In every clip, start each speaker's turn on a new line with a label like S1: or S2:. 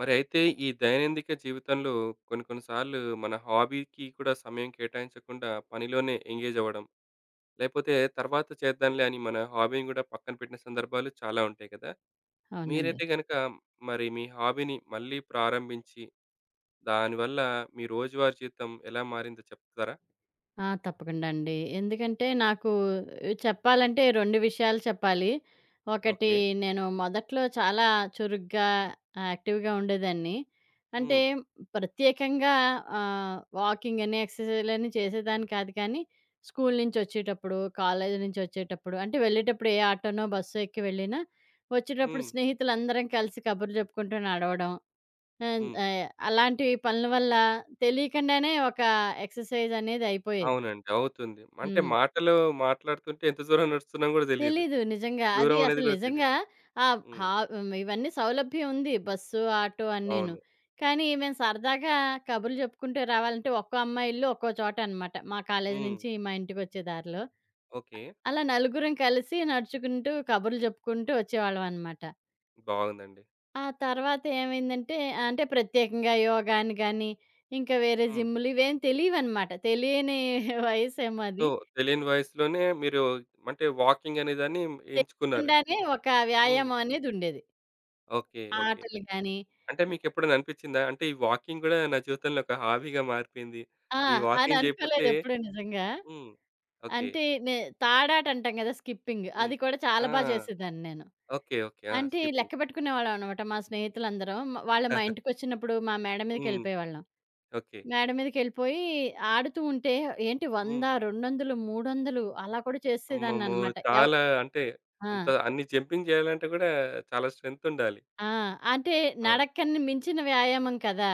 S1: మరి అయితే ఈ దైనందిక జీవితంలో కొన్ని కొన్ని సార్లు మన హాబీకి కూడా సమయం కేటాయించకుండా పనిలోనే ఎంగేజ్ అవ్వడం, లేపోతే తర్వాత చేద్దాంలే అని మన హాబీని కూడా పక్కన పెట్టిన సందర్భాలు చాలా ఉంటాయి కదా!
S2: అవునండి.
S1: మీరైతే గనక మరి మీ హాబీని మళ్ళీ ప్రారంభించి, దానివల్ల మీ రోజువారీ జీవితం ఎలా మారిందో చెప్తారా?
S2: ఆ! తప్పకుండా అండి. ఎందుకంటే నాకు చెప్పాలంటే 2 విషయాలు చెప్పాలి. ఒకటి
S1: ఓకే.
S2: నేను మొదట్లో చాలా చురుగ్గా, యాక్టివ్‌గా ఉండేదాన్ని. అంటే
S1: హ్మ్.
S2: ప్రత్యేకంగా వాకింగ్ అని, ఎక్సర్‌సైజ్ అని చేసేదాన్ని కాదు కానీ, స్కూల్ నుంచొచ్చేటప్పుడు, కాలేజీ నుంచొచ్చేటప్పుడు అంటే వెళ్ళేటప్పుడు ఏ ఆటోనో, బస్సో ఎక్కి వెళ్ళినా, వచ్చేటప్పుడు
S1: హ్మ్.
S2: స్నేహితులందరం కలిసి కబుర్లు చెప్పుకుంటూ నడవడం. ఆహ్,
S1: హ్మ్.
S2: ఆహ్, అలాంటి పనుల వల్ల తెలియకుండానే ఒక ఎక్సర్‌సైజ్ అనేది అయిపోయేది.
S1: అవునండి. అవుతుంది. అంటే
S2: హ్మ్.
S1: మాటలు మాట్లాడుతుంటే ఎంత దూరం నడుస్తున్నామో కూడా తెలీదు.
S2: తెలీదు నిజంగా. అది
S1: దూరం అనేది
S2: అసలు
S1: కూడా తెలీదు.
S2: నిజంగా ఆహ్,
S1: హ్మ్.
S2: హా హ్మ్. ఇవన్నీ సౌలభ్యం ఉంది. బస్సు, ఆటో అన్నీను.
S1: అవును.
S2: కానీ మేము సరదాగా కబుర్లు చెప్పుకుంటూ రావాలంటే ఒక్కో అమ్మాయి ఇల్లు ఒక్కో చోట అనమాట. మా కాలేజీ
S1: హ్మ్.
S2: నుంచి మా ఇంటికొచ్చే దారిలో.
S1: ఓకే.
S2: అలా నలుగురం కలిసి నడుచుకుంటూ కబుర్లు చెప్పుకుంటూ వచ్చేవాళ్ళం అనమాట.
S1: బాగుందండి.
S2: ఆ తర్వాత ఏమైందంటే, అంటే ప్రత్యేకంగా యోగాని గాని, ఇంకా వేరే
S1: హ్మ్.
S2: జిమ్‌లు ఇవేం తెలీవనమాట. తెలియని వయసేమో
S1: సో,
S2: అది.
S1: తెలియని వయసులోనే మీరు అంటే వాకింగ్ అనేదాన్ని ఎంచుకున్నారు.
S2: తెలియకుండానే ఒక
S1: హ్మ్.
S2: వ్యాయామం అనేదుండేది.
S1: ఓకే. ఓకే.
S2: ఆటలు గాని
S1: అంటే మీకెప్పుడైనా అనిపిచ్చిందా? అంటే ఈ వాకింగ్ గూడా నా జీవితంలో ఒక హాబీగా మారిపోయింది.
S2: ఆ!
S1: ఈ
S2: అని
S1: వాకింగ్ జేయకపోతే
S2: అనుకోలేదెప్పుడూ నిజంగా.
S1: హ్మ్. ఓకే.
S2: అంటే నే తాడాట అంటాం గదా! స్కిప్పింగ్.
S1: హ్మ్.
S2: అది కూడా చాలా
S1: ఆ!
S2: బా చేసేదాన్ని నేను.
S1: ఓకే. ఓకే. ఆ!
S2: అంటే లెక్క
S1: స్కిప్పింగ్.
S2: పెట్టుకునేవాళ్ళం అనమాట మా స్నేహితులందరం. వాళ్ళు మా ఇంటికొచ్చినప్పుడు మా మేడ
S1: హ్మ్.
S2: మీదకెళ్ళిపోయేవాళ్ళం.
S1: ఓకే.
S2: మేడ మీదకెళ్ళిపోయి ఆడుతూ ఉంటే ఏంటి 100,
S1: హ్మ్.
S2: 200, 300 అలా కూడా
S1: అమ్మమ్మో!
S2: చేసేదాన్ననమాట.
S1: చాలా అంటే
S2: ఆ!
S1: అంత అన్ని జంపింగ్ జేయాలంటే గూడా చాలా స్ట్రెంత్ ఉండాలి.
S2: ఆ! అంటే
S1: అవును.
S2: నడకని మించిన వ్యాయామం కదా!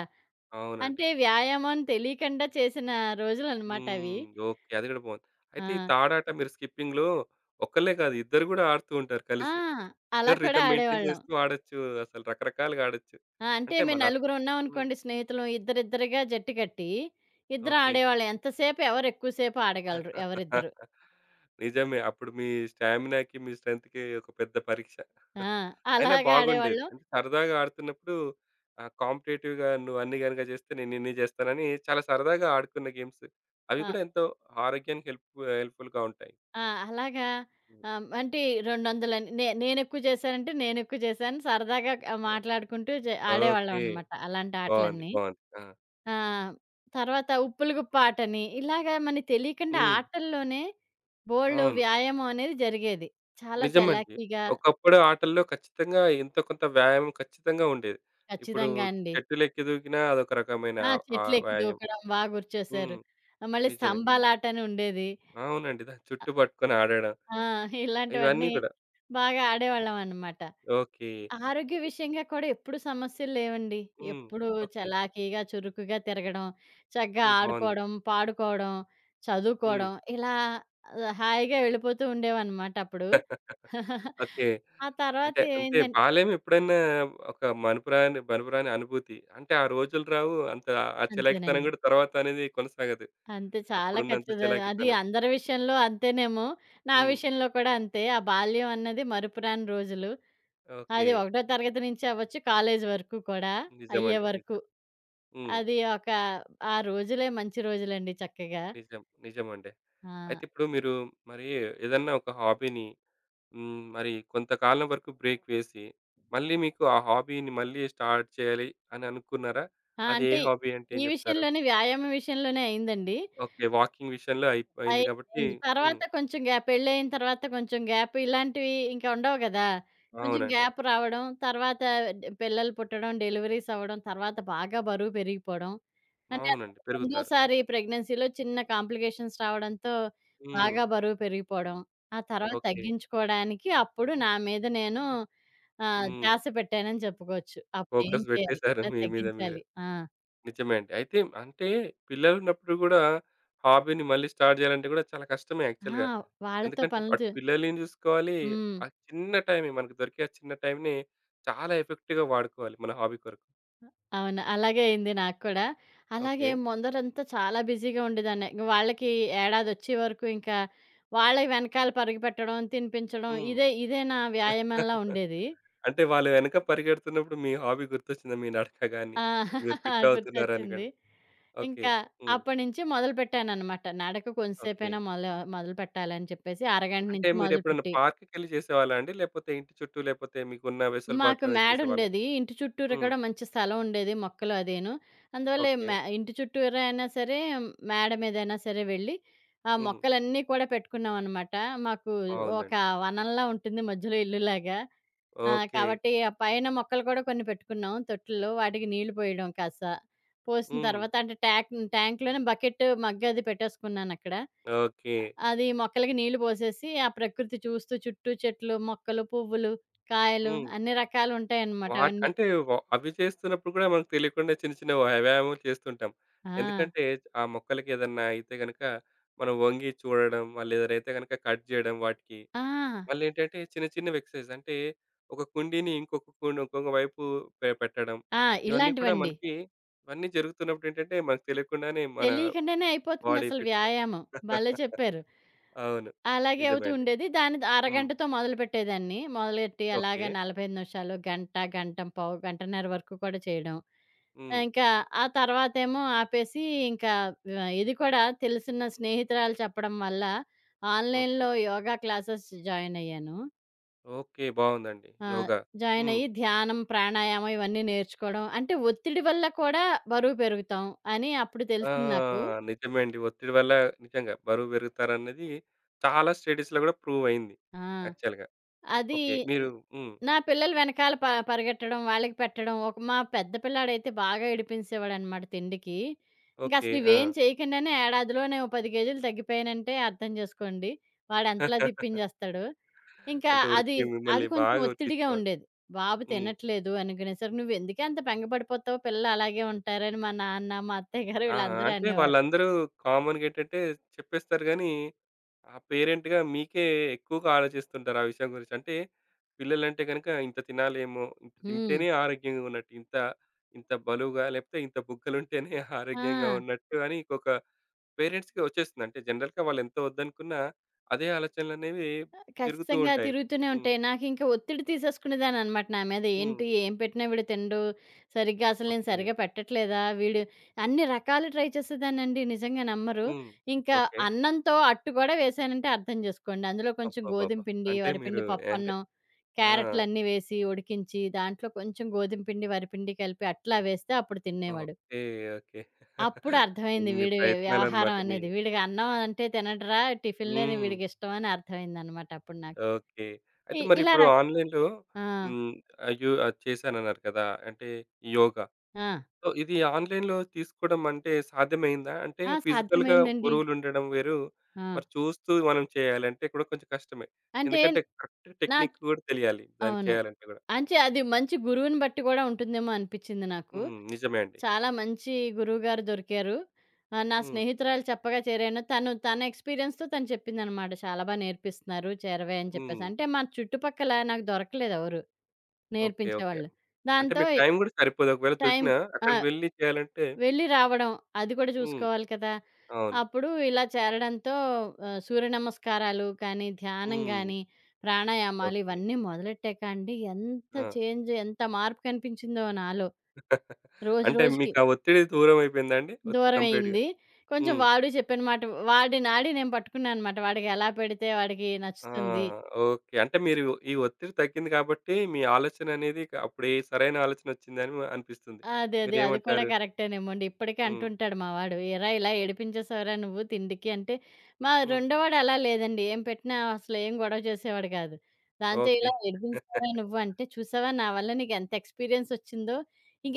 S1: అవునండి.
S2: అంటే వ్యాయామం అని తెలియకుండా చేసిన రోజులనమాట అవి.
S1: హ్మ్. ఓకే. అది గూడా బావుంది.
S2: ఆ!
S1: అయితే ఈ తాడాట మీరు స్కిప్పింగ్‌లో ఒక్కళ్ళే కాదు ఇద్దరు గూడా ఆడుతూ ఉంటారు
S2: ఆ!
S1: కలిసి.
S2: అలా
S1: ఇద్దరు
S2: కూడా
S1: రిథమ్ మెయింటైన్
S2: ఆడేవాళ్ళం.
S1: చేస్తూ ఆడొచ్చు. అసలు రకరకాలుగా ఆడొచ్చు.
S2: ఆ! అంటే
S1: అంటే
S2: మేము
S1: మళ్ళా
S2: నలుగురు
S1: హ్మ్.
S2: ఉన్నామనుకోండి స్నేహితులం ఇద్దరిద్దరుగా జట్టు కట్టి, ఇద్దరం
S1: ఓకే.
S2: ఆడేవాళ్ళం. ఎంతసేపు ఎవరు ఎక్కువ సేపు ఆడగలరు ఎవరిద్దరు.
S1: నిజమే. అప్పుడు మీ స్టామినాకి, మీ స్ట్రెంగ్త్‌కి ఒక పెద్ద పరీక్ష.
S2: ఆ!
S1: అయినా
S2: అలాగా
S1: బాగుండేది.
S2: ఆడేవాళ్ళం.
S1: అంటే సరదాగా ఆడుతున్నప్పుడు ఆహ్, కాంపిటీటివ్‌గా నువ్వు అన్ని గనుక చేస్తే నేను ఇన్ని చేస్తానని చాలా సరదాగా ఆడుకున్న గేమ్స్. అవి
S2: ఆ!
S1: కూడా ఎంతో ఆరోగ్యానికి హెల్ప్‌ఫుల్‌గా ఉంటాయి.
S2: ఆ! అలాగా అంటే 200లని నేనెక్కువ చేశానంటే నేనెక్కువ చేశాను. సరదాగా
S1: హ్మ్.
S2: మాట్లాడుకుంటూ
S1: ఓకే.
S2: ఆడేవాళ్ళమనమాట అలాంటి
S1: బావుంది.
S2: ఆటలన్నీ.
S1: బావుంది. ఆ!
S2: ఆ! తర్వాత ఉప్పుల గుప్ಪ ఆటని, ఇలాగా మనకి తెలియకుండా
S1: హ్మ్.
S2: ఆటల్లోనే బోలెడు
S1: అవును.
S2: వ్యాయామం అనేది జరిగేది. చాలా
S1: నిజమండి.
S2: చలాకీగా
S1: ఒకప్పుడు ఆటల్లో ఖచ్చితంగా ఎంతో కొంత వ్యాయామం ఖచ్చితంగా ఉండేది. ఇప్పుడు
S2: ఖచ్చితంగా అండి.
S1: చెట్టులెక్కి దూకినా అదొక రకమైన
S2: ఆ!
S1: ఆహ్,
S2: చెట్లెక్కి
S1: వ్యాయామం.
S2: దూకడం బా
S1: హ్మ్.
S2: గుర్తొచ్చేశారు. మళ్ళీ
S1: నిజమే.
S2: స్తంభాలాటని ఉండేది.
S1: అవునండి. దాని
S2: అ
S1: చుట్టూ పట్టుకొని ఆడడం
S2: ఆ!
S1: ఇవన్నీ
S2: ఇలాంటివన్నీ
S1: కూడా.
S2: బాగా
S1: హ్మ్.
S2: ఆడేవాళ్ళమనమాట.
S1: ఓకే.
S2: ఆరోగ్య విషయంగా కూడా ఎప్పుడు సమస్యలు లేవండి.
S1: హ్మ్.
S2: ఎప్పుడు
S1: ఓకే.
S2: చలాకీగా, చురుకుగా తిరగడం, చక్కగా
S1: హ్మ్. బావుంది.
S2: ఆడుకోవడం, పాడుకోవడం,
S1: హ్మ్.
S2: చదువుకోవడం ఇలా హాయిగా వెళ్ళిపోతూ ఉండేవన్నమాట అప్పుడు.
S1: ఓకే.
S2: ఆ తర్వాత
S1: అంటే
S2: ఏమైందం
S1: బాల్యం ఎప్పుడన్నా ఒక మనుపురాని అనుభూతి. అంటే ఆ రోజులు రావు. అంత ఆ చలాకితనం
S2: అంతేనండి.
S1: గూడా తర్వాత అనేది కొనసాగదు.
S2: అంతే చాలా
S1: అప్పుడున్నంత
S2: ఖచ్చిత అది
S1: చలాకితనం.
S2: అందరి విషయంలో అంతేనేమో! నా
S1: హ్మ్.
S2: విషయంలో కూడా అంతే. ఆ బాల్యం అన్నది మరుపురాని రోజులు.
S1: ఓకే.
S2: అది ఒకటో తరగతి నుంచి అవ్వచ్చు, కాలేజీ వరకు కూడా అయ్యే
S1: నిజమండి.
S2: వరకు.
S1: నిజం. హ్మ్.
S2: అది ఒక ఆ రోజులే మంచి రోజులండి చక్కగా.
S1: నిజం. నిజమండి.
S2: ఆ!
S1: అయితే ఇప్పుడు మీరు మరి ఏదన్నా ఒక హాబీని హ్మ్. మరి కొంతకాలం వరకు బ్రేక్ వేసి, మళ్ళీ మీకు ఆ హాబీని మళ్ళీ స్టార్ట్ చేయాలి అని అనుకున్నారా?
S2: ఆ!
S1: అది ఏ
S2: అంటే
S1: హాబీ అంటే ఏం
S2: ఈ
S1: జెప్తారు?
S2: విషయంలోనే వ్యాయామం విషయంలోనే అయిందండి.
S1: ఓకే. వాకింగ్ విషయంలో అయిపోయింది కాబట్టి
S2: అయింది.
S1: హ్మ్.
S2: తర్వాత కొంచెం గ్యాప్ పెళ్ళయిన తర్వాత కొంచెం గ్యాప్ ఇలాంటివి ఇంకా ఉండవు గదా! కొంచెం
S1: అవునండి.
S2: గ్యాప్ రావడం, తర్వాత పిల్లలు పుట్టడం, డెలివరీస్ అవ్వడం, తర్వాత బాగా బరువు పెరిగిపోవడం. అంటే
S1: అవునండి. పెరుగుతారు.
S2: రెండోసారి ప్రెగ్నెన్సీలో చిన్న కాంప్లికేషన్స్ రావడంతో
S1: హ్మ్.
S2: బాగా బరువు పెరిగిపోవడం. ఆ తర్వాత
S1: ఓకే.
S2: తగ్గించుకోవడానికి అప్పుడు నా మీద నేను
S1: హ్మ్.
S2: ధ్యాస పెట్టానని చెప్పుకోవచ్చు. అప్పుడేం
S1: ఫోకస్
S2: చేయాలి?
S1: పెట్టేసారు
S2: ఎలా
S1: మీ మీద మీరు.
S2: తగ్గించాలి? ఆ!
S1: నిజమే అండి. అయితే అంటే పిల్లలున్నప్పుడు గూడా హాబీని మళ్ళీ స్టార్ట్ జేయాలంటే గూడా చాలా కష్టమే
S2: ఆ!
S1: యాక్చువల్‌గా.
S2: వాళ్ళతో
S1: ఎందుకంటే
S2: పనులు
S1: అటు
S2: చే
S1: పిల్లల్ని జూసుకోవాలి.
S2: హ్మ్.
S1: ఆ చిన్న టైమే మనకు దొరికే ఆ చిన్న టైంని చాలా ఎఫెక్టివ్‌గా వాడుకోవాలి మన హాబీ కొరకు.
S2: అవును. అలాగే అయింది నాకు కూడా.
S1: ఓకే.
S2: అలాగే ముందరంతా చాలా బిజీగా ఉండేదాన్ని. ఇంక వాళ్ళకి ఏడాదొచ్చే వరకు ఇంకా వాళ్ళ వెనకాల పరుగెపెట్టడం, తినిపించడం
S1: హ్మ్.
S2: ఇదే ఇదే నా వ్యాయామంలా ఉండేది.
S1: అంటే వాళ్ళు వెనక పరిగెడుతున్నప్పుడు మీ హాబీ గుర్తొచ్చిందా? మీ నడక గాని,
S2: ఆ!
S1: మీరు ఫిట్ అవుతున్నారని గాని?
S2: గుర్తొచ్చింది.
S1: ఓకే.
S2: ఇంకా
S1: హ్మ్.
S2: అప్పటి నుంచి మొదలుపెట్టాననమాట. నడక
S1: ఓకే.
S2: కొంచెంసేపైనా మొదలుపెట్టాలని చెప్పేసి అరగంట
S1: అంటే
S2: నుంచి
S1: మీరెప్పుడైనా
S2: మొదలుపెట్టి
S1: పార్క్‌కెళ్ళి చేసేవాళ్ళా అండి? లేపోతే ఇంటి చుట్టూ లేపోతే మీకున్న
S2: మాకు
S1: వెసులుబాటులోనే చేసేవాళ్ళా?
S2: మేడుండేది. ఇంటి చుట్టూరా
S1: హ్మ్.
S2: కూడా మంచి స్థలం ఉండేది. మొక్కలు అదీను. అందువల్ల
S1: ఓకే.
S2: మ్యా ఇంటి చుట్టూరా అయినా సరే, మేడ మీదైనా సరే వెళ్ళి, ఆ
S1: హ్మ్.
S2: మొక్కలన్నీ కూడా పెట్టుకున్నామనమాట. మాకు ఒక
S1: బావుందండి.
S2: వనంలా ఉంటుంది మధ్యలో ఇల్లులాగా. ఆ!
S1: ఓకే.
S2: కాబట్టి ఆ పైన మొక్కలు కూడా కొన్ని పెట్టుకున్నాం తొట్టుల్లో. వాటికి నీళ్లు పోయడం కాస్త. పోసిన
S1: హ్మ్.
S2: తర్వాత అంటే ట్యాంక్‌లోనే బకెట్, మగ్ అది పెట్టేసుకున్నానక్కడ.
S1: ఓకే.
S2: అది మొక్కలకి నీళ్లు పోసేసి, ఆ ప్రకృతి చూస్తూ చుట్టూ చెట్లు, మొక్కలు, పువ్వులు, కాయలు
S1: హ్మ్.
S2: అన్ని రకాలుంటాయన్నమాట
S1: వాట్
S2: అవన్నీ.
S1: అంటే అవి చేస్తున్నప్పుడు కూడా మనకు తెలియకుండా చిన్న చిన్న వ్యాయామాలు చేస్తుంటాం.
S2: ఆ!
S1: ఎందుకంటే ఆ మొక్కలకేదన్నా అయితే గనక మనం వంగి చూడడం, లేదైతే గనక కట్ జేయడం వాటికి
S2: ఆ!
S1: మళ్ళేంటంటే చిన్న చిన్నవి ఎక్సర్‌సైజ్. అంటే ఒక కుండీని ఇంకొక కుండ ఇంకొక వైపు పెట్టడం.
S2: ఆ!
S1: ఇవన్నీ కూడా
S2: ఇలాంటివండి.
S1: మనకి ఇవన్నీ జరుగుతున్నప్పుడేంటంటే మనకు తెలియకుండానే మన
S2: తెలియకుండానే
S1: బాడీ
S2: అయిపోతుందసలు
S1: ఫిట్‌గా
S2: వ్యాయామం. భలే చెప్పారు.
S1: అవును.
S2: అలాగే
S1: నిజమే
S2: అవుతూ
S1: అండి.
S2: ఉండేది. దాన్ని
S1: హ్మ్.
S2: అరగంటతో మొదలుపెట్టేదాన్ని. మొదలెట్టి
S1: ఓకే.
S2: అలాగా 45 నిమిషాలు, గంట, గంట, పావు గంటన్నర వరకు కూడా చేయడం.
S1: హ్మ్.
S2: ఇంకా ఆ తర్వాతేమో ఆపేసి ఇంకా ఇది కూడా తెలిసిన స్నేహితురాలు చెప్పడం వల్ల
S1: ఓకే.
S2: ఆన్‌లైన్‌లో యోగా క్లాసెస్ జాయిన్ అయ్యాను.
S1: ఓకే. బావుందండి.
S2: ఆహ్,
S1: యోగా.
S2: జాయిన్
S1: హ్మ్.
S2: అయ్యి ధ్యానం, ప్రాణాయామం ఇవన్నీ నేర్చుకోవడం. అంటే ఒత్తిడి వల్ల కూడా బరువు పెరుగుతాం అని అప్పుడు
S1: ఆ!
S2: తెలిసింది నాకు.
S1: నిజమే అండి. ఒత్తిడి వల్ల నిజంగా బరువు పెరుగుతారన్నది చాలా స్టడీస్‌లో కూడా ప్రూవ్ అయింది
S2: ఆ!
S1: యాక్చువల్‌గా.
S2: అది
S1: ఓకే. మీరు హ్మ్.
S2: నా పిల్లలు వెనకాల పరిగెట్టడం, వాళ్ళకి పెట్టడం. ఒక మా పెద్ద పిల్లాడైతే బాగా ఏడిపించేవాడనమాట తిండికి.
S1: ఓకే.
S2: ఇంకసలు
S1: ఆ!
S2: ఇవేం చేయకుండానే ఏడాదిలోనే ఓ 10 కేజీలు తగ్గిపోయానంటే అర్థం జేసుకోండి. వాడెంతలా తిప్పించేస్తాడో. ఇంకా
S1: అంటే
S2: అది,
S1: ఉరికి
S2: అది
S1: మిమ్మల్ని
S2: కొంచెం
S1: బాగా
S2: ఒత్తిడిగా
S1: ఉరికిచ్చేవాడు.
S2: ఉండేది. బాబు
S1: హ్మ్.
S2: తినట్లేదు అనుకునేసరికి, "నువ్వెందుకే అంత బెంగ పడిపోతావు? పిల్లలు అలాగే ఉంటారని" మా నాన్న, మా అత్తయ్య గారు
S1: ఆ!
S2: వీళ్ళందరూ
S1: అంటే
S2: అనేవారు.
S1: వాళ్ళందరూ కామన్‌గా ఏంటంటే చెప్పేస్తారు గానీ, ఆ పేరెంట్‌గా మీకే ఎక్కువగా ఆలోచిస్తుంటారు ఆ విషయం గురించి. అంటే పిల్లలంటే గనుక ఇంత తినాలేమో, ఇంత
S2: హ్మ్.
S1: తింటేనే ఆరోగ్యంగా ఉన్నట్టు, ఇంత ఇంత బలువుగా లేకపోతే ఇంత బుగ్గలుంటేనే
S2: ఆ!
S1: ఆరోగ్యంగా ఉన్నట్టు అని ఇంకొక పేరెంట్స్‌కి వచ్చేస్తుంది. అంటే జనరల్‌గా వాళ్ళెంత వద్దనుకున్నా అదే ఆలోచనలనేవి తిరుగుతూ
S2: ఖచ్చితంగా
S1: ఉంటాయి.
S2: తిరుగుతూనే
S1: హ్మ్.
S2: ఉంటాయి. నాకింక ఒత్తిడి తీసేసుకునేదాన్ననమాట నా మీద.
S1: హ్మ్.
S2: ఏంటి ఏం పెట్టినా వీడు తినడు. సరిగ్గా అసలు నేను
S1: ఓకే.
S2: సరిగ్గా పెట్టట్లేదా? వీడు అన్ని రకాలు ట్రై చేసేదాన్నండి. నిజంగా నమ్మరు.
S1: హ్మ్.
S2: ఇంకా
S1: ఓకే.
S2: అన్నంతో అట్టు కూడా వేసానంటే అర్థం చేసుకోండి. అందులో కొంచెం
S1: అబ్బబ్బబ్బా!
S2: గోధుమ పిండి,
S1: అంటే మీరు
S2: వరిపిండి,
S1: అంటే
S2: పప్పన్నం,
S1: ఆ!
S2: క్యారెట్‌లన్నీ వేసి ఉడికించి దాంట్లో కొంచెం గోధుమ పిండి, వరిపిండి కలిపి అట్లా వేస్తే అప్పుడు తినేవాడు.
S1: ఓకే. ఓకే.
S2: అప్పుడు అర్థమైంది
S1: ఇన్ని
S2: వీడి
S1: ప్రయత్నాలన్నమాట
S2: వ్యవహారం
S1: మీ
S2: అనేది. వీడికి అన్నం అంటే తినడురా టిఫిన్‌లేని
S1: హ్మ్.
S2: వీడికిష్టం అని అర్థమైందనమాట అప్పుడు నాకు.
S1: ఓకే.
S2: ఇ
S1: అయితే
S2: ఇలా
S1: మరిప్పుడు
S2: రక్
S1: ఆన్‌లైన్‌లో
S2: ఆ!
S1: హ్మ్. అయ్యో! అది చేశానన్నారు కదా! అంటే యోగా.
S2: ఆ!
S1: సో, ఇది ఆన్‌లైన్‌లో తీసుకోవడం అంటే సాధ్యమైందా? అంటే
S2: ఆ!
S1: ఫిజికల్‌గా
S2: సాధ్యమైందండి.
S1: గురువులుండడం వేరు.
S2: ఆ!
S1: మరి చూస్తూ మనం చేయాలంటే కూడా కొంచెం కష్టమే.
S2: అంటే
S1: ఎందుకంటే కరెక్ట్
S2: నా
S1: టెక్నిక్ కూడా తెలియాలి. దానికి
S2: అవును.
S1: చేయాలంటే కూడా.
S2: అంచే అది మంచి గురువుని బట్టి గూడా ఉంటుందేమో అనిపిచ్చింది నాకు.
S1: హ్మ్. నిజమే అండి.
S2: చాలా మంచి గురువుగారు దొరికారు. నా
S1: హ్మ్.
S2: స్నేహితురాలు చెప్పగా చేరాను. తను తన ఎక్స్‌పీరియన్స్‌తో తను చెప్పిందనమాట. చాలా బా నేర్పిస్తున్నారు చేరవే అని చెప్పేసి.
S1: హ్మ్.
S2: అంటే మన చుట్టుపక్కల నాకు దొరకలేదెవరు
S1: ఓకే. ఓకే.
S2: నేర్పించేవాళ్ళు.
S1: అంటే
S2: దాంతో
S1: మీకు టైం కూడా సరిపోదు. ఒకవేళ
S2: టైం
S1: దొరికినా
S2: ఆ!
S1: అక్కడికి వెళ్లి చేయాలంటే
S2: వెళ్ళి రావడం. అది కూడా
S1: హ్మ్.
S2: చూసుకోవాలి కదా!
S1: అవును.
S2: అప్పుడు ఇలా చేరడంతో సూర్య నమస్కారాలు కానీ, ధ్యానం
S1: హ్మ్.
S2: గానీ, ప్రాణాయామాలు
S1: ఓకే.
S2: ఇవన్నీ మొదలెట్టాక అండి
S1: ఆ!
S2: ఎంత మార్పు కనిపించిందో నాలో. రోజు
S1: అంటే
S2: రోజుకి
S1: మీకా ఒత్తిడి దూరమైపోయిందా అండి? ఒత్తిడి కంప్లీట్‌గా.
S2: దూరమయింది. కొంచెం
S1: హ్మ్.
S2: వాడు చెప్పిన మాట వాడి నాడి నేను పట్టుకున్నాననమాట. వాడికి ఎలా పెడితే వాడికి
S1: ఆ!
S2: నచ్చుతుంది.
S1: ఓకే. అంటే మీరు ఈ ఒత్తిడి తగ్గింది కాబట్టి మీ ఆలోచననేది అప్పుడు ఏ సరైన ఆలోచనొచ్చిందని అనిపిస్తుంది.
S2: అదే. అదే. అది కూడా
S1: మీరేమంటారు?
S2: కరెక్టేనేమోండి. ఇప్పటికీ
S1: హ్మ్.
S2: అంటుంటాడు మా వాడు. "ఏరా ఇలా ఏడిపించేసావురా నువ్వు తిండికి" అంటే, మా
S1: హ్మ్.
S2: రెండోవాడు అలా లేదండి. ఏం పెట్టినా అసలు ఏం గొడవ చేసేవాడు కాదు. దాంతో
S1: ఓకే.
S2: ఇలా "ఏడిపించేసావురా నువ్వు" అంటే, "చూసావా నా వల్ల నీకెంత ఎక్స్‌పీరియన్స్ వచ్చిందో."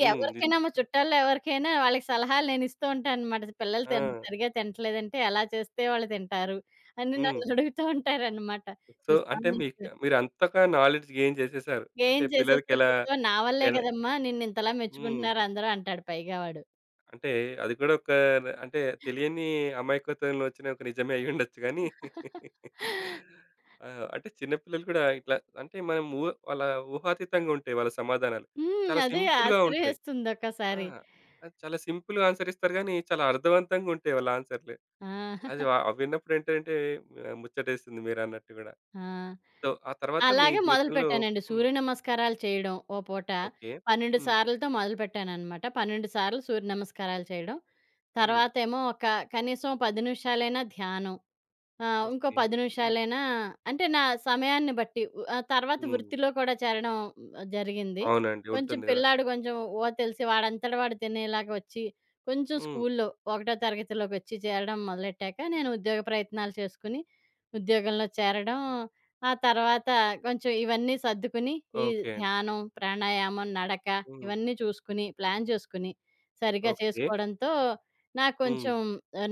S1: హ్మ్.
S2: మా చుట్టాల్లో ఎవరికైనా వాళ్ళకి సలహాలు నేనిస్తూ ఉంటాననమాట. పిల్లలు
S1: ఆ!
S2: సరిగ్గా తింటలేదంటే ఎలా చేస్తే వాళ్ళు తింటారు అని
S1: హ్మ్.
S2: నన్ను అడుగుతూ ఉంటారనమాట.
S1: సో,
S2: "చూసావా
S1: అంటే
S2: నీకు
S1: మీరంతగా నాలెడ్జ్ గెయిన్ చేసేసారు.
S2: ఏం
S1: అంటే
S2: చేసేసావో
S1: పిల్లలకెలా
S2: చూసావా నా వల్లే
S1: ఎలా ఎలా
S2: కదమ్మా నిన్నింతలా
S1: హ్మ్.
S2: మెచ్చుకుంటున్నారు అందరూ" అంటాడు పైగా వాడు.
S1: అంటే అది కూడా ఒక అంటే తెలియని అమాయకత్వంలో వచ్చిన ఒక నిజమే అయి ఉండొచ్చు కానీ ఆ, అంటే చిన్నపిల్లలు కూడా ఇట్లా అంటే మనం వాళ్ళ ఊహాతీతంగా ఉంటాయి వాళ్ళ సమాధానాలు
S2: హ్మ్.
S1: చాలా
S2: అదే
S1: simple గా ఉంటాయి
S2: ఆశ్చర్యేస్తుంది
S1: ఆ,
S2: ఒక్కోసారి.
S1: అది చాలా సింపుల్ గా ఆన్సర్ ఇస్తారు కానీ చాలా అర్థవంతంగా ఉంటాయి వాళ్ళ ఆన్సర్లు
S2: ఆ!
S1: అది అవి విన్నప్పుడు ఏంటంటే ఆ, ముచ్చటేస్తుంది మీరు అన్నట్టు కూడా.
S2: ఆ!
S1: సో, ఆ తర్వాత మీ
S2: అలాగే
S1: జీవితంలో
S2: మొదలుపెట్టానండి.
S1: ఉమ్,
S2: సూర్య నమస్కారాలు చేయడం ఓ పూట.
S1: ఓకే.
S2: 12
S1: ఉమ్,
S2: సార్లతో మొదలుపెట్టాననమాట. 12 సార్లు సూర్య నమస్కారాలు చేయడం.
S1: ఉమ్,
S2: తర్వాతేమో ఒక కనీసం 10 నిమిషాలైనా ధ్యానం. ఆ! ఇంకో
S1: ఓకే.
S2: 10
S1: ఉమ్,
S2: నిమిషాలైనా అంటే నా సమయాన్ని బట్టి ఆ తర్వాత
S1: ఉమ్,
S2: వృత్తిలో కూడా చేరడం జరిగింది.
S1: అవునండి
S2: కొంచెం
S1: ఉంటుంది కదా.
S2: పిల్లాడు కొంచెం తెలిసి వాడంతట వాడు తినేలాగా వచ్చి, కొంచెం
S1: ఉమ్,
S2: స్కూల్లో ఒకటో తరగతిలోకొచ్చి చేరడం మొదలెట్టాక నేను ఉద్యోగ ప్రయత్నాలు చేసుకుని, ఉద్యోగంలో చేరడం, ఆ తర్వాత కొంచెం ఇవన్నీ సర్దుకుని, ఈ
S1: ఓకే.
S2: ధ్యానం, ప్రాణాయామం, నడక
S1: అండి
S2: ఇవన్నీ చూసుకుని, ప్లాన్ చేసుకుని, సరిగ్గా
S1: ఓకే.
S2: చేసుకోవడంతో నాకు
S1: హ్మ్.
S2: కొంచెం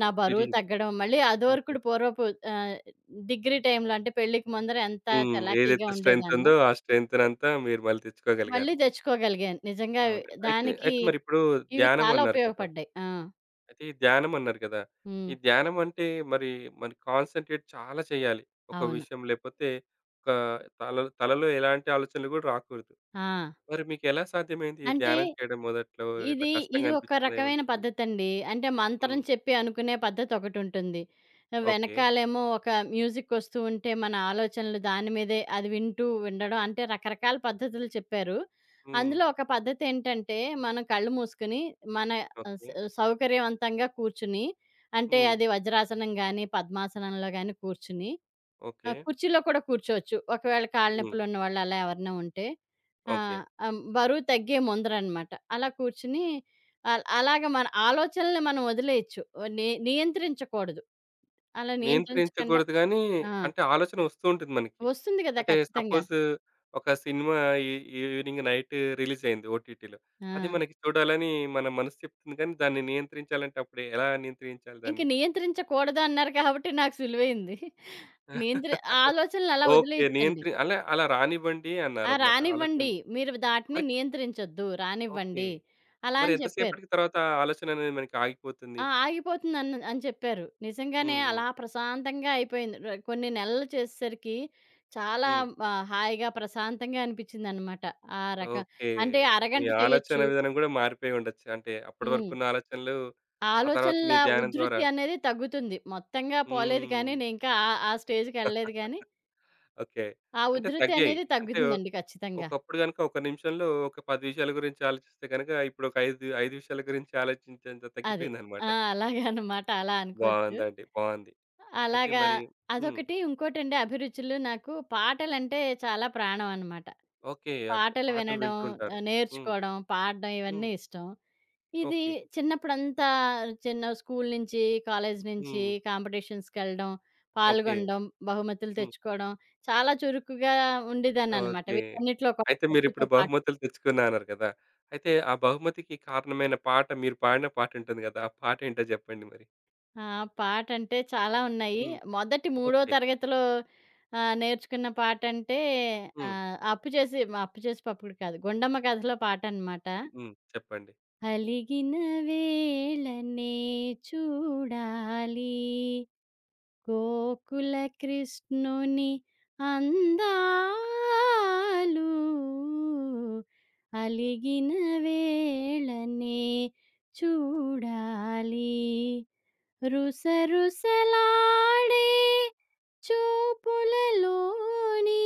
S2: నా బరువు
S1: రిలీఫ్.
S2: తగ్గడం. మళ్ళీ
S1: ఓకే.
S2: అదివరకుడు పూర్వపు ఆహ్, డిగ్రీ టైమ్‌లో అంటే పెళ్ళికి ముందర ఎంత
S1: హ్మ్.
S2: చలాకీగా
S1: ఏదైతే స్ట్రెంత్
S2: ఉండేదాన్నో,
S1: ఉందో ఆ స్ట్రెంత్‌నంతా మీరు మళ్ళీ
S2: మళ్ళీ
S1: తెచ్చుకోగలిగారు.
S2: తెచ్చుకోగలిగాను. నిజంగా
S1: అవునండి. అయితే
S2: దానికి
S1: అయితే మరిప్పుడు
S2: ఇవి
S1: ధ్యానం
S2: చాలా
S1: అన్నారు కదా!
S2: ఉపయోగపడ్డాయి. ఆ!
S1: అయితే ఈ ధ్యానం అన్నారు కదా!
S2: హ్మ్.
S1: ఈ ధ్యానం అంటే మరి మరి కాన్సంట్రేట్ చాలా చేయాలి. ఒక
S2: అవును.
S1: విషయం లేకపోతే ఒక తలలో ఎలాంటి ఆలోచనలు కూడా రాకూడదు.
S2: ఆ!
S1: మరి మీకెలా సాధ్యమైంది ఈ
S2: అంటే
S1: ధ్యానం చేయడం మొదట్లో ఇట్లా
S2: ఇది, ఇది
S1: కష్టంగా
S2: ఒక
S1: అనిపించిందా?
S2: రకమైన
S1: ఏమనిపించింది?
S2: పద్ధతండి. అంటే మంత్రం
S1: హ్మ్.
S2: చెప్పి అనుకునే పద్ధతొకటుంటుంది.
S1: ఓకే.
S2: వెనకాలేమో ఒక మ్యూజికొస్తూ ఉంటే మన ఆలోచనలు దాని మీదే అది వింటూ ఉండడం అంటే రకరకాల పద్ధతులు చెప్పారు.
S1: హ్మ్.
S2: అందులో ఒక పద్ధతేంటంటే మనం కళ్ళు మూసుకొని మన ఆహ్, స
S1: ఓకే.
S2: సౌకర్యవంతంగా కూర్చుని అంటే
S1: హ్మ్.
S2: అది వజ్రాసనం గాని, పద్మాసనంలో గాని కూర్చుని ఆ!
S1: ఓకే.
S2: కుర్చీలో కూడా కూర్చోవచ్చు. ఒకవేళ కాళ్ళ
S1: హ్మ్.
S2: నొప్పులున్న వాళ్ళు అలా ఎవరైనా ఉంటే. ఆ!
S1: ఓకే.
S2: బరువు తగ్గే ముందరనమాట. అలా కూర్చొని అలాగ మన ఆలోచనల్ని మనం వదిలేయొచ్చు. నియంత్రించకూడదు. అలా నియంత్రించకుండా
S1: నియంత్రించకూడదు గానీ,
S2: ఆ!
S1: అంటే ఆలోచన వస్తూ ఉంటుంది మనకి.
S2: వస్తుంది కదా!
S1: అంటే
S2: ఖచ్చితంగా.
S1: సపోజ్ ఒక సినిమా ఈ ఈవినింగ్ నైట్ రిలీజ్ అయింది ఓటీటీలో. అది
S2: ఆ!
S1: మనకి చూడాలని మన మనసు చెప్తుంది కానీ, దాన్ని నియంత్రించాలంటే అప్పుడు ఎలా నియంత్రించాలి
S2: ఇంక
S1: దాన్ని?
S2: నియంత్రించకూడదు అన్నారు కాబట్టి నాకు సులువైంది. నియంత్రి ఆలోచనలు అలా
S1: ఓకే.
S2: వదిలేయొచ్చండి.
S1: అలా అలా రానివ్వండి
S2: ఆ!
S1: అన్నారన్నమాట ఆలోచన.
S2: రానివ్వండి. మీరు దాటిని
S1: మరి
S2: నియంత్రించొద్దు.
S1: ఓకే.
S2: రానివ్వండి. అలా
S1: మరి
S2: అని
S1: ఎంత
S2: చెప్పారు.
S1: సేపటికి తర్వాత ఆ ఆలోచన అనేది మనకి ఆగిపోతుంది?
S2: ఆ! అని చెప్పారు. నిజంగానే
S1: హ్మ్. హ్మ్.
S2: అలా ప్రశాంతంగా అయిపోయింది. కొన్ని నెలలు చేసేసరికి చాలా
S1: హ్మ్.
S2: హాయిగా ప్రశాంతంగా అనిపించిందనమాట. ఆ రక
S1: ఓకే.
S2: అంటే
S1: మీ
S2: అరగంట
S1: ఆలోచన
S2: చేయొచ్చు.
S1: విధానం గూడా మారిపోయి ఉండొచ్చు. అంటే అప్పటి
S2: హ్మ్.
S1: వరకున్న ఆలోచనలు, ఆ తర్వాత
S2: ఆలోచనల
S1: మీ ధ్యానం ద్వారా
S2: ఉధృతి అనేది తగ్గుతుంది. మొత్తంగా పోలేదు
S1: హ్మ్.
S2: కానీ నేనింకా ఆ ఆ స్టేజ్‌కెళ్ళలేదు కానీ,
S1: ఓకే.
S2: ఆ
S1: అంటే
S2: ఉధృతి
S1: తగ్గాయి.
S2: అనేది
S1: అంటే
S2: తగ్గుతుందండి ఖచ్చితంగా.
S1: ఒకప్పుడు గనుక ఒక నిమిషంలో ఒక 10 విషయాల గురించి ఆలోచిస్తే గనుక ఇప్పుడు ఒక 5, 5 విషయాల గురించి ఆలోచించేంత
S2: అది.
S1: తగ్గిపోయిందన్నమాట.
S2: ఆ! అలాగే అనమాట. అలా అనుకోవచ్చు.
S1: బావుందండి. బావుంది. అయితే
S2: అలాగా
S1: మరి హ్మ్.
S2: అదొకటి. ఇంకోటండి అభిరుచులు నాకు పాటలంటే చాలా ప్రాణం అనమాట.
S1: ఓకే. అంటే
S2: పాటలు
S1: పాటలు
S2: వినడం,
S1: వింటూ ఉంటారు. హ్మ్.
S2: నేర్చుకోవడం, పాడడం
S1: హ్మ్.
S2: ఇవన్నీ ఇష్టం. ఇది
S1: ఓకే.
S2: చిన్నప్పుడంతా చిన్న స్కూలు నుంచి, కాలేజు నుంచి
S1: హ్మ్.
S2: కాంపిటీషన్స్‌కెళ్ళడం,
S1: ఓకే.
S2: పాల్గొనడం, బహుమతులు
S1: హ్మ్.
S2: తెచ్చుకోవడం చాలా చురుకుగా ఉండేదాన్ననమాట.
S1: ఓకే.
S2: వీటన్నిటిలో కూడా
S1: అయితే మీరిప్పుడు
S2: చదువుతో పాటు.
S1: బహుమతులు తెచ్చుకున్నా అన్నారు కదా! అయితే ఆ బహుమతికి కారణమైన పాట మీరు పాడిన పాటుంటుంది గదా! ఆ పాటేంటో జెప్పండి మరి?
S2: ఆ! పాటంటే చాలా ఉన్నాయి.
S1: హ్మ్.
S2: మొదటి మూడో
S1: ఓకే.
S2: తరగతిలో నేర్చుకున్న పాటంటే
S1: హ్మ్.
S2: 'అప్పు చేసి' 'అప్పు చేసి పప్పుడు' కాదు 'గుండమ్మ కథలో' పాటనమాట.
S1: హ్మ్. చెప్పండి.
S2: అలిగిన వేళనే చూడాలి గోకుల కృష్ణుని అందాలు అలిగిన వేళనే చూడాలి రుసరుసలాడే చూపులలోని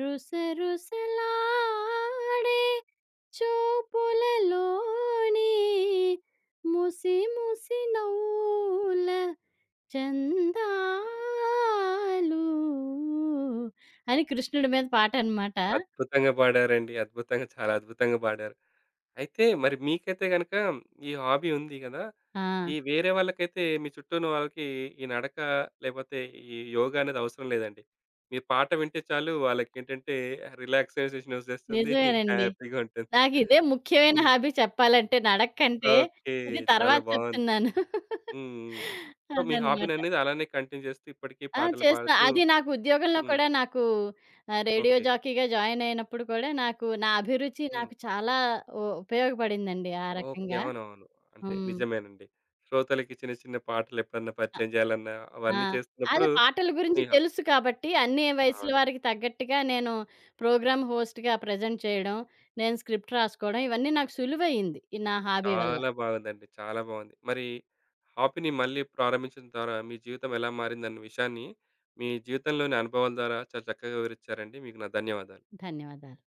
S2: రుసరుసలాడే చూపులలోనే ముసి ముసి నవ్వుల చందాలు అని కృష్ణుడి మీద పాట అనమాట.
S1: అద్భుతంగా పాడారండి. అద్భుతంగా చాలా అద్భుతంగా పాడారు. అయితే మరి మీకైతే గనక ఈ హాబీ ఉంది గదా!
S2: ఆ!
S1: ఈ వేరే వాళ్ళకైతే మీ చుట్టూ ఉన్న వాళ్ళకి ఈ నడక లేకపోతే ఈ యోగా అనేది అవసరం లేదండి. మీ పాట వింటే చాలు వాళ్ళకేంటంటే రిలాక్సేషన్ ఒచ్చేస్తుంది.
S2: నిజమేనండి.
S1: హ్యాపీగా ఉంటుంది.
S2: నాకు ఇదే ముఖ్యమైన
S1: హ్మ్.
S2: హాబీ చెప్పాలంటే నడక కంటే.
S1: ఓకే.
S2: ఇది
S1: చాలా
S2: తర్వాత
S1: బావుంది.
S2: చెప్తున్నాను.
S1: హ్మ్. హ్మ్. సో, మీ
S2: అదనమాట.
S1: హాబీననేది అలానే కంటిన్యూ చేస్తూ ఇప్పటికి
S2: ఆ!
S1: పాటలు
S2: చేస్తా.
S1: పాడుతూ
S2: అది నాకు ఉద్యోగంలో
S1: హ్మ్.
S2: కూడా నాకు రేడియో
S1: ఓకే.
S2: జాకీగా జాయిన్ అయినప్పుడు కూడా నాకు నా అభిరుచి
S1: హ్మ్.
S2: నాకు చాలా ఉపయోగపడిందండి ఆ
S1: ఓకే.
S2: రకంగా.
S1: అవునవును. అంటే
S2: హ్మ్.
S1: నిజమేనండి. శ్రోతలకి చిన్న చిన్న పాటలు ఎప్పుడన్నా
S2: అ
S1: పరిచయం చేయాలన్నా
S2: ఆ!
S1: అవన్నీ చేస్తున్నప్పుడు
S2: అది పాటల
S1: మీ
S2: గురించి తెలుసు కాబట్టి అన్ని వయసుల
S1: అవును.
S2: వారికి తగ్గట్టుగా నేను ప్రోగ్రామ్ హోస్ట్‌గా ప్రజెంట్ చేయడం, నేను స్క్రిప్ట్ రాసుకోవడం ఇవన్నీ నాకు సులువయింది. ఈ నా హాబీ వల్ల.
S1: చాలా బాగుందండి. చాలా బాగుంది. మరి హాబీని మళ్ళీ ప్రారంభించిన ద్వారా మీ జీవితం ఎలా మారిందన్న విషయాన్ని మీ జీవితంలోని అనుభవాల ద్వారా చాలా చక్కగా వివరించారండి. మీకు నా ధన్యవాదాలు.
S2: ధన్యవాదాలు.